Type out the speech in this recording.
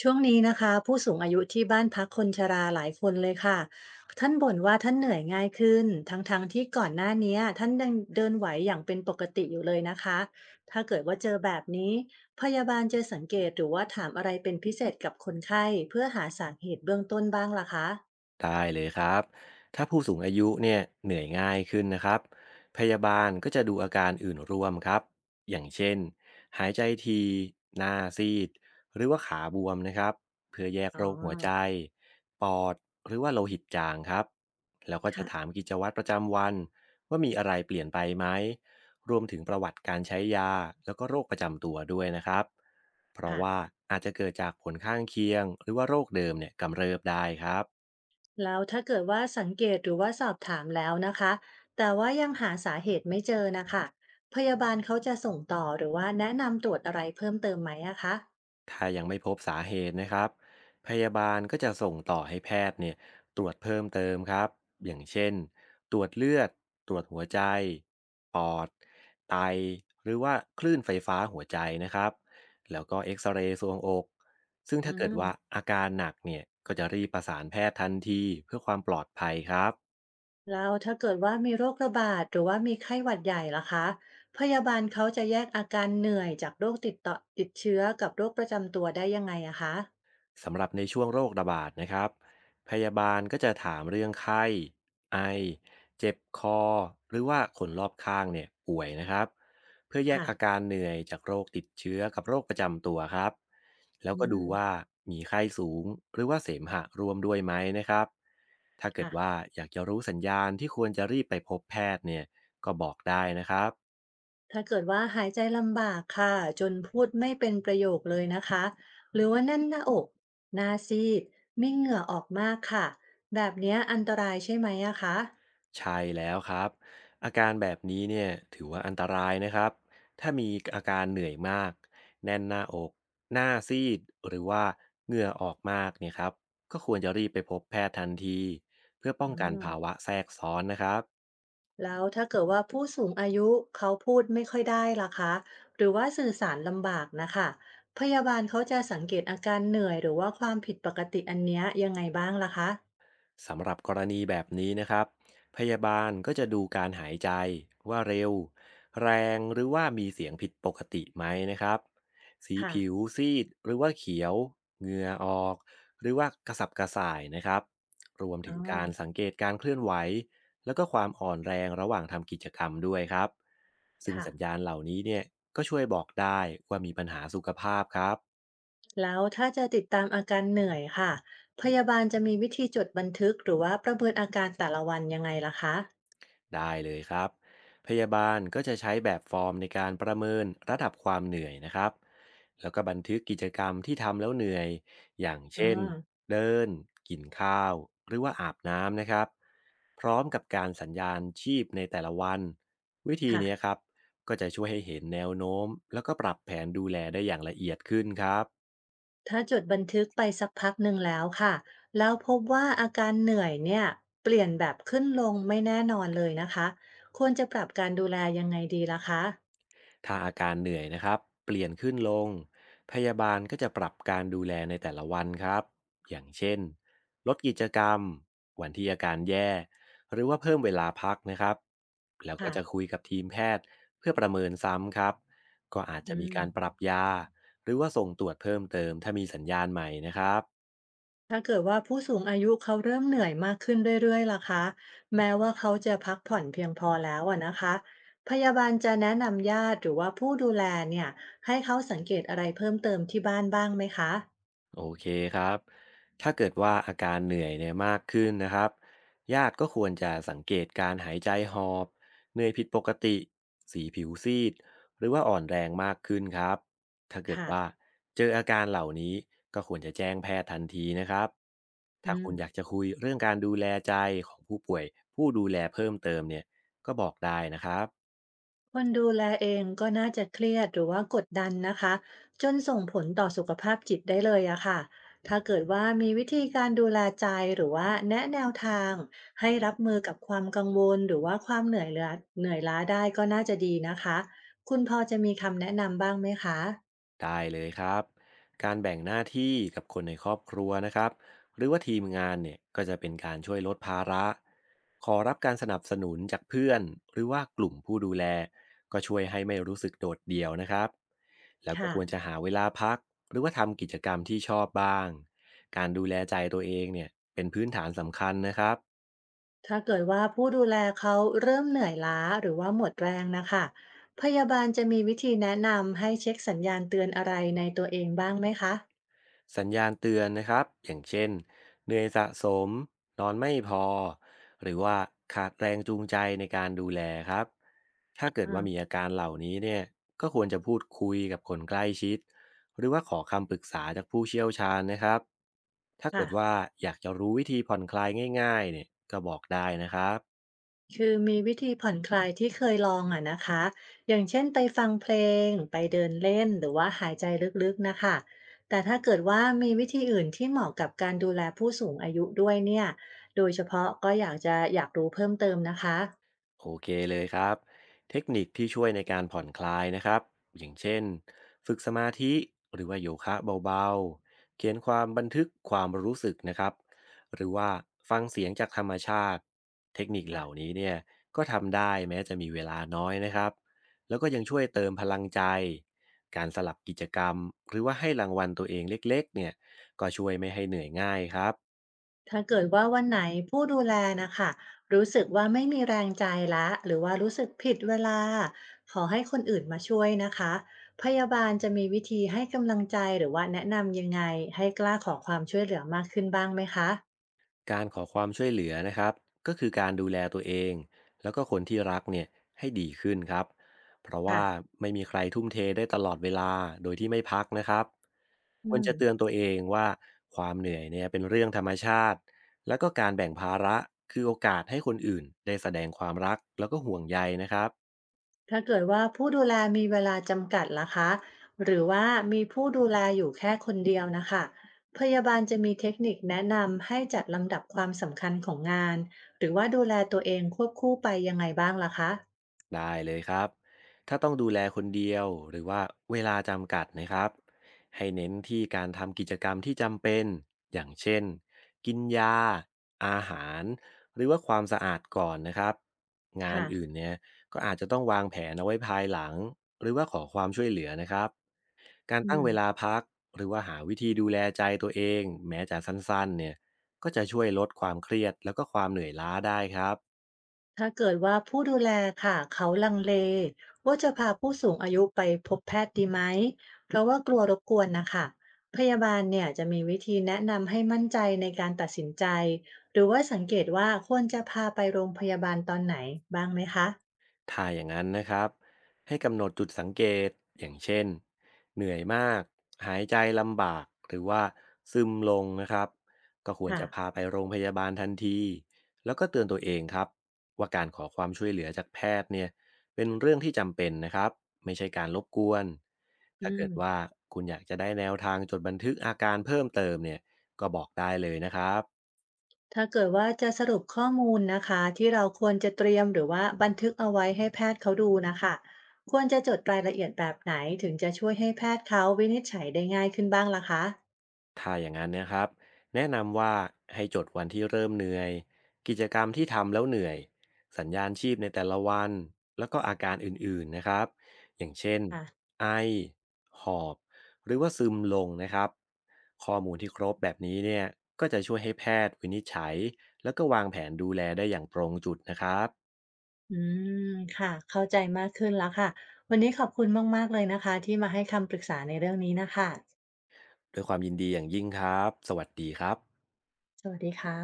ช่วงนี้นะคะผู้สูงอายุที่บ้านพักคนชราหลายคนเลยค่ะท่านบ่นว่าท่านเหนื่อยง่ายขึ้นทั้งๆทที่ก่อนหน้านี้ท่านยังเดินไหวอย่างเป็นปกติอยู่เลยนะคะถ้าเกิดว่าเจอแบบนี้พยาบาลจะสังเกตหรือว่าถามอะไรเป็นพิเศษกับคนไข้เพื่อหาสาเหตุเบื้องต้นบ้างล่ะคะได้เลยครับ ถ้าผู้สูงอายุเนี่ยเหนื่อยง่ายขึ้นนะครับ พยาบาลก็จะดูอาการอื่นร่วมครับ อย่างเช่นหายใจทีหน้าซีด หรือว่าขาบวมนะครับเพื่อแยกอ๋อโรคหัวใจ ปอด หรือว่าโลหิตจางครับแล้วก็จะค่ะถามกิจวัตรประจำวันว่ามีอะไรเปลี่ยนไปไหม รวมถึงประวัติการใช้ยาแล้วก็โรคประจำตัวด้วยนะครับเพราะว่าค่ะ อาจจะเกิดจากผลข้างเคียงหรือว่าโรคเดิมเนี่ยกำเริบได้ครับ แล้วถ้าเกิดว่าสังเกตหรือว่าสอบถามแล้วนะคะแต่ว่ายังหาสาเหตุไม่เจอนะคะพยาบาลเขาจะส่งต่อหรือว่าแนะนำตรวจอะไรเพิ่มเติมไหมอะคะถ้ายังไม่พบสาเหตุนะครับ พยาบาลก็จะส่งต่อให้แพทย์เนี่ยตรวจเพิ่มเติมครับอย่างเช่นตรวจเลือดตรวจหัวใจปอดไตหรือว่าคลื่นไฟฟ้าหัวใจนะครับแล้วก็เอ็กซเรย์ซวงอกซึ่งอืถ้าเกิดว่ามอาการหนักเนี่ยก็จะรีบประสานแพทย์ทันทีเพื่อความปลอดภัยครับ แล้วถ้าเกิดว่ามีโรคระบาดหรือว่ามีไข้หวัดใหญ่ล่ะคะพยาบาลเขาจะแยกอาการเหนื่อยจากโรคติดต่อติดเชื้อกับโรคประจำตัวได้ยังไงอะคะสำหรับในช่วงโรคระบาดนะครับพยาบาลก็จะถามเรื่องไข้ไอเจ็บคอหรือว่าคนรอบข้างเนี่ยป่วยนะครับเพื่อแยกอาค่ะการเหนื่อยจากโรคติดเชื้อกับโรคประจำตัวครับแล้วอืก็ดูว่ามมีไข้สูงหรือว่าเสมหะรวมด้วยไหมนะครับถ้าเกิดค่ะ ว่าอยากจะรู้สัญญาณที่ควรจะรีบไปพบแพทย์เนี่ยก็บอกได้นะครับ ถ้าเกิดว่าหายใจลำบากค่ะจนพูดไม่เป็นประโยคเลยนะคะหรือว่าแน่นหน้าอกหน้าซีดมีเหงื่อออกมากค่ะแบบเนี้ยอันตรายใช่ไหมอะคะใช่แล้วครับอาการแบบนี้เนี่ยถือว่าอันตรายนะครับถ้ามีอาการเหนื่อยมากแน่นหน้าอกหน้าซีดหรือว่าเหงื่อออกมากเนี่ยครับก็ควรจะรีบไปพบแพทย์ทันทีเพื่อป้องอืกันมภาวะแทรกซ้อนนะครับ แล้วถ้าเกิดว่าผู้สูงอายุเขาพูดไม่ค่อยได้ล่ะคะหรือว่าสื่อสารลำบากนะคะพยาบาลเขาจะสังเกตอาการเหนื่อยหรือว่าความผิดปกติอันเนี้ยยังไงบ้างล่ะคะสำหรับกรณีแบบนี้นะครับพยาบาลก็จะดูการหายใจว่าเร็วแรงหรือว่ามีเสียงผิดปกติไหมนะครับสีค่ะผิวซีดหรือว่าเขียวเหงื่อออกหรือว่ากระสับกระส่ายนะครับรวมอ๋ถึองการสังเกตการเคลื่อนไหวแล้วก็ความอ่อนแรงระหว่างทำกิจกรรมด้วยครับซึ่งค่ะ สัญญาณเหล่านี้เนี่ยก็ช่วยบอกได้ว่ามีปัญหาสุขภาพครับ แล้วถ้าจะติดตามอาการเหนื่อยค่ะพยาบาลจะมีวิธีจดบันทึกหรือว่าประเมินอาการแต่ละวันยังไงล่ะคะได้เลยครับ พยาบาลก็จะใช้แบบฟอร์มในการประเมินระดับความเหนื่อยนะครับแล้วก็บันทึกกิจกรรมที่ทำแล้วเหนื่อย อย่างอ่าเช่นเดินกินข้าวหรือว่าอาบน้ำนะครับพร้อมกับการสัญญาณชีพในแต่ละวัน วิธีค่ะนี้ครับก็จะช่วยให้เห็นแนวโน้มแล้วก็ปรับแผนดูแลได้อย่างละเอียดขึ้นครับ ถ้าจดบันทึกไปสักพักหนึ่งแล้วค่ะแล้วพบว่าอาการเหนื่อยเนี่ยเปลี่ยนแบบขึ้นลงไม่แน่นอนเลยนะคะควรจะปรับการดูแลยังไงดีล่ะคะถ้าอาการเหนื่อยนะครับเปลี่ยนขึ้นลงพยาบาลก็จะปรับการดูแลในแต่ละวันครับอย่างเช่นลดกิจกรรมวันที่อาการแย่หรือว่าเพิ่มเวลาพักนะครับแล้วก็ค่ะจะคุยกับทีมแพทย์เพื่อประเมินซ้ำครับก็อาจจะอืมีม การปรับยาหรือว่าส่งตรวจเพิ่มเติมถ้ามีสัญญาณใหม่นะครับ ถ้าเกิดว่าผู้สูงอายุเขาเริ่มเหนื่อยมากขึ้นเรื่อยๆล่ะคะแม้ว่าเขาจะพักผ่อนเพียงพอแล้วอะนะคะพยาบาลจะแนะนำญาติหรือว่าผู้ดูแลเนี่ยให้เขาสังเกตอะไรเพิ่มเติมที่บ้านบ้างไหมคะโอเคครับถ้าเกิดว่าอาการเหนื่อยเนี่ยมากขึ้นนะครับญาติก็ควรจะสังเกตการหายใจหอบเหนื่อยผิดปกติ สีผิวซีดหรือว่าอ่อนแรงมากขึ้นครับถ้าเกิดค่ะว่าเจออาการเหล่านี้ก็ควรจะแจ้งแพทย์ทันทีนะครับอืถ้าคุม ณอยากจะคุยเรื่องการดูแลใจของผู้ป่วยผู้ดูแลเพิ่มเติมเนี่ยก็บอกได้นะครับ คนดูแลเองก็น่าจะเครียดหรือว่ากดดันนะคะจนส่งผลต่อสุขภาพจิตได้เลยอะค่ะถ้าเกิดว่ามีวิธีการดูแลใจหรือว่าแนะแนวทางให้รับมือกับความกังวลหรือว่าความเหนื่อยล้าเหนื่อยล้าได้ก็น่าจะดีนะคะคุณพอจะมีคำแนะนำบ้างไหมคะได้เลยครับการแบ่งหน้าที่กับคนในครอบครัวนะครับหรือว่าทีมงานเนี่ยก็จะเป็นการช่วยลดภาระขอรับการสนับสนุนจากเพื่อนหรือว่ากลุ่มผู้ดูแลก็ช่วยให้ไม่รู้สึกโดดเดี่ยวนะครับแล้วก็ค่ะควรจะหาเวลาพักหรือว่าทำกิจกรรมที่ชอบบ้างการดูแลใจตัวเองเนี่ยเป็นพื้นฐานสำคัญนะครับ ถ้าเกิดว่าผู้ดูแลเขาเริ่มเหนื่อยล้าหรือว่าหมดแรงนะคะพยาบาลจะมีวิธีแนะนำให้เช็คสัญญาณเตือนอะไรในตัวเองบ้างไหมคะสัญญาณเตือนนะครับอย่างเช่นเหนื่อยสะสมนอนไม่พอหรือว่าขาดแรงจูงใจในการดูแลครับถ้าเกิดว่ามีอ่าอาการเหล่านี้เนี่ยก็ควรจะพูดคุยกับคนใกล้ชิดหรือว่าขอคำปรึกษาจากผู้เชี่ยวชาญนะครับถ้าเกิค่ะ ดว่าอยากจะรู้วิธีผ่อนคลายง่ายๆเนี่ยก็บอกได้นะครับ คือมีวิธีผ่อนคลายที่เคยลองอะนะคะ อย่างเช่นไปฟังเพลง ไปเดินเล่นหรือว่าหายใจลึกๆนะคะ แต่ถ้าเกิดว่ามีวิธีอื่นที่เหมาะกับการดูแลผู้สูงอายุด้วยเนี่ย โดยเฉพาะก็อยากรู้เพิ่มเติมนะคะ โอเคเลยครับเทคนิคที่ช่วยในการผ่อนคลายนะครับอย่างเช่นฝึกสมาธิหรือว่าโยคะเบาๆเขียนความบันทึกความรู้สึกนะครับหรือว่าฟังเสียงจากธรรมชาติเทคนิคเหล่านี้เนี่ยก็ทำได้แม้จะมีเวลาน้อยนะครับแล้วก็ยังช่วยเติมพลังใจการสลับกิจกรรมหรือว่าให้รางวัลตัวเองเล็กๆเนี่ยก็ช่วยไม่ให้เหนื่อยง่ายครับ ถ้าเกิดว่าวันไหนผู้ดูแลนะคะรู้สึกว่าไม่มีแรงใจละหรือว่ารู้สึกผิดเวลาขอให้คนอื่นมาช่วยนะคะพยาบาลจะมีวิธีให้กำลังใจหรือว่าแนะนำยังไงให้กล้าขอความช่วยเหลือมากขึ้นบ้างไหมคะการขอความช่วยเหลือนะครับก็คือการดูแลตัวเองแล้วก็คนที่รักเนี่ยให้ดีขึ้นครับเพราะค่ะว่าไม่มีใครทุ่มเทได้ตลอดเวลาโดยที่ไม่พักนะครับอืควรม จะเตือนตัวเองว่าความเหนื่อยเนี่ยเป็นเรื่องธรรมชาติแล้วก็การแบ่งภาระคือโอกาสให้คนอื่นได้แสดงความรักแล้วก็ห่วงใยนะครับ ถ้าเกิดว่าผู้ดูแลมีเวลาจำกัดล่ะคะหรือว่ามีผู้ดูแลอยู่แค่คนเดียวนะคะพยาบาลจะมีเทคนิคแนะนำให้จัดลำดับความสำคัญของงานหรือว่าดูแลตัวเองควบคู่ไปยังไงบ้างล่ะคะได้เลยครับถ้าต้องดูแลคนเดียวหรือว่าเวลาจำกัดนะครับให้เน้นที่การทำกิจกรรมที่จำเป็นอย่างเช่นกินยาอาหารหรือว่าความสะอาดก่อนนะครับงานค่ะอื่นเนี่ยก็อาจจะต้องวางแผนเอาไว้ภายหลังหรือว่าขอความช่วยเหลือนะครับการอืตั้งเวลาม พักหรือว่าหาวิธีดูแลใจตัวเองแม้จะสั้นๆเนี่ยก็จะช่วยลดความเครียดแล้วก็ความเหนื่อยล้าได้ครับ ถ้าเกิดว่าผู้ดูแลค่ะเขาลังเลว่าจะพาผู้สูงอายุไปพบแพทย์ดีไหมเพราะว่ากลัวรบกวนนะคะพยาบาลเนี่ยจะมีวิธีแนะนำให้มั่นใจในการตัดสินใจหรือว่าสังเกตว่าควรจะพาไปโรงพยาบาลตอนไหนบ้างไหมคะถ้าอย่างนั้นนะครับให้กำหนดจุดสังเกตอย่างเช่นเหนื่อยมากหายใจลำบากหรือว่าซึมลงนะครับก็ควรค่ะจะพาไปโรงพยาบาลทันทีแล้วก็เตือนตัวเองครับว่าการขอความช่วยเหลือจากแพทย์เนี่ยเป็นเรื่องที่จำเป็นนะครับไม่ใช่การรบกวนอืถ้ามเกิดว่าคุณอยากจะได้แนวทางจดบันทึกอาการเพิ่มเติมเนี่ยก็บอกได้เลยนะครับ ถ้าเกิดว่าจะสรุปข้อมูลนะคะที่เราควรจะเตรียมหรือว่าบันทึกเอาไว้ให้แพทย์เขาดูนะคะควรจะจดรายละเอียดแบบไหนถึงจะช่วยให้แพทย์เขาวินิจฉัยได้ง่ายขึ้นบ้างล่ะคะ ถ้าอย่างนั้นนะครับ แนะนำว่าให้จดวันที่เริ่มเหนื่อย กิจกรรมที่ทำแล้วเหนื่อย สัญญาณชีพในแต่ละวัน แล้วก็อาการอื่นๆนะครับอย่างเช่นไอ หอบ หรือว่าซึมลงนะครับข้อมูลที่ครบแบบนี้เนี่ยก็จะช่วยให้แพทย์วินิจฉัย แล้วก็วางแผนดูแลได้อย่างตรงจุดนะครับอืมค่ะเข้าใจมากขึ้นแล้วค่ะวันนี้ขอบคุณมากๆเลยนะคะที่มาให้คำปรึกษาในเรื่องนี้น่ะค่ะด้วยความยินดีอย่างยิ่งครับสวัสดีครับสวัสดีค่ะ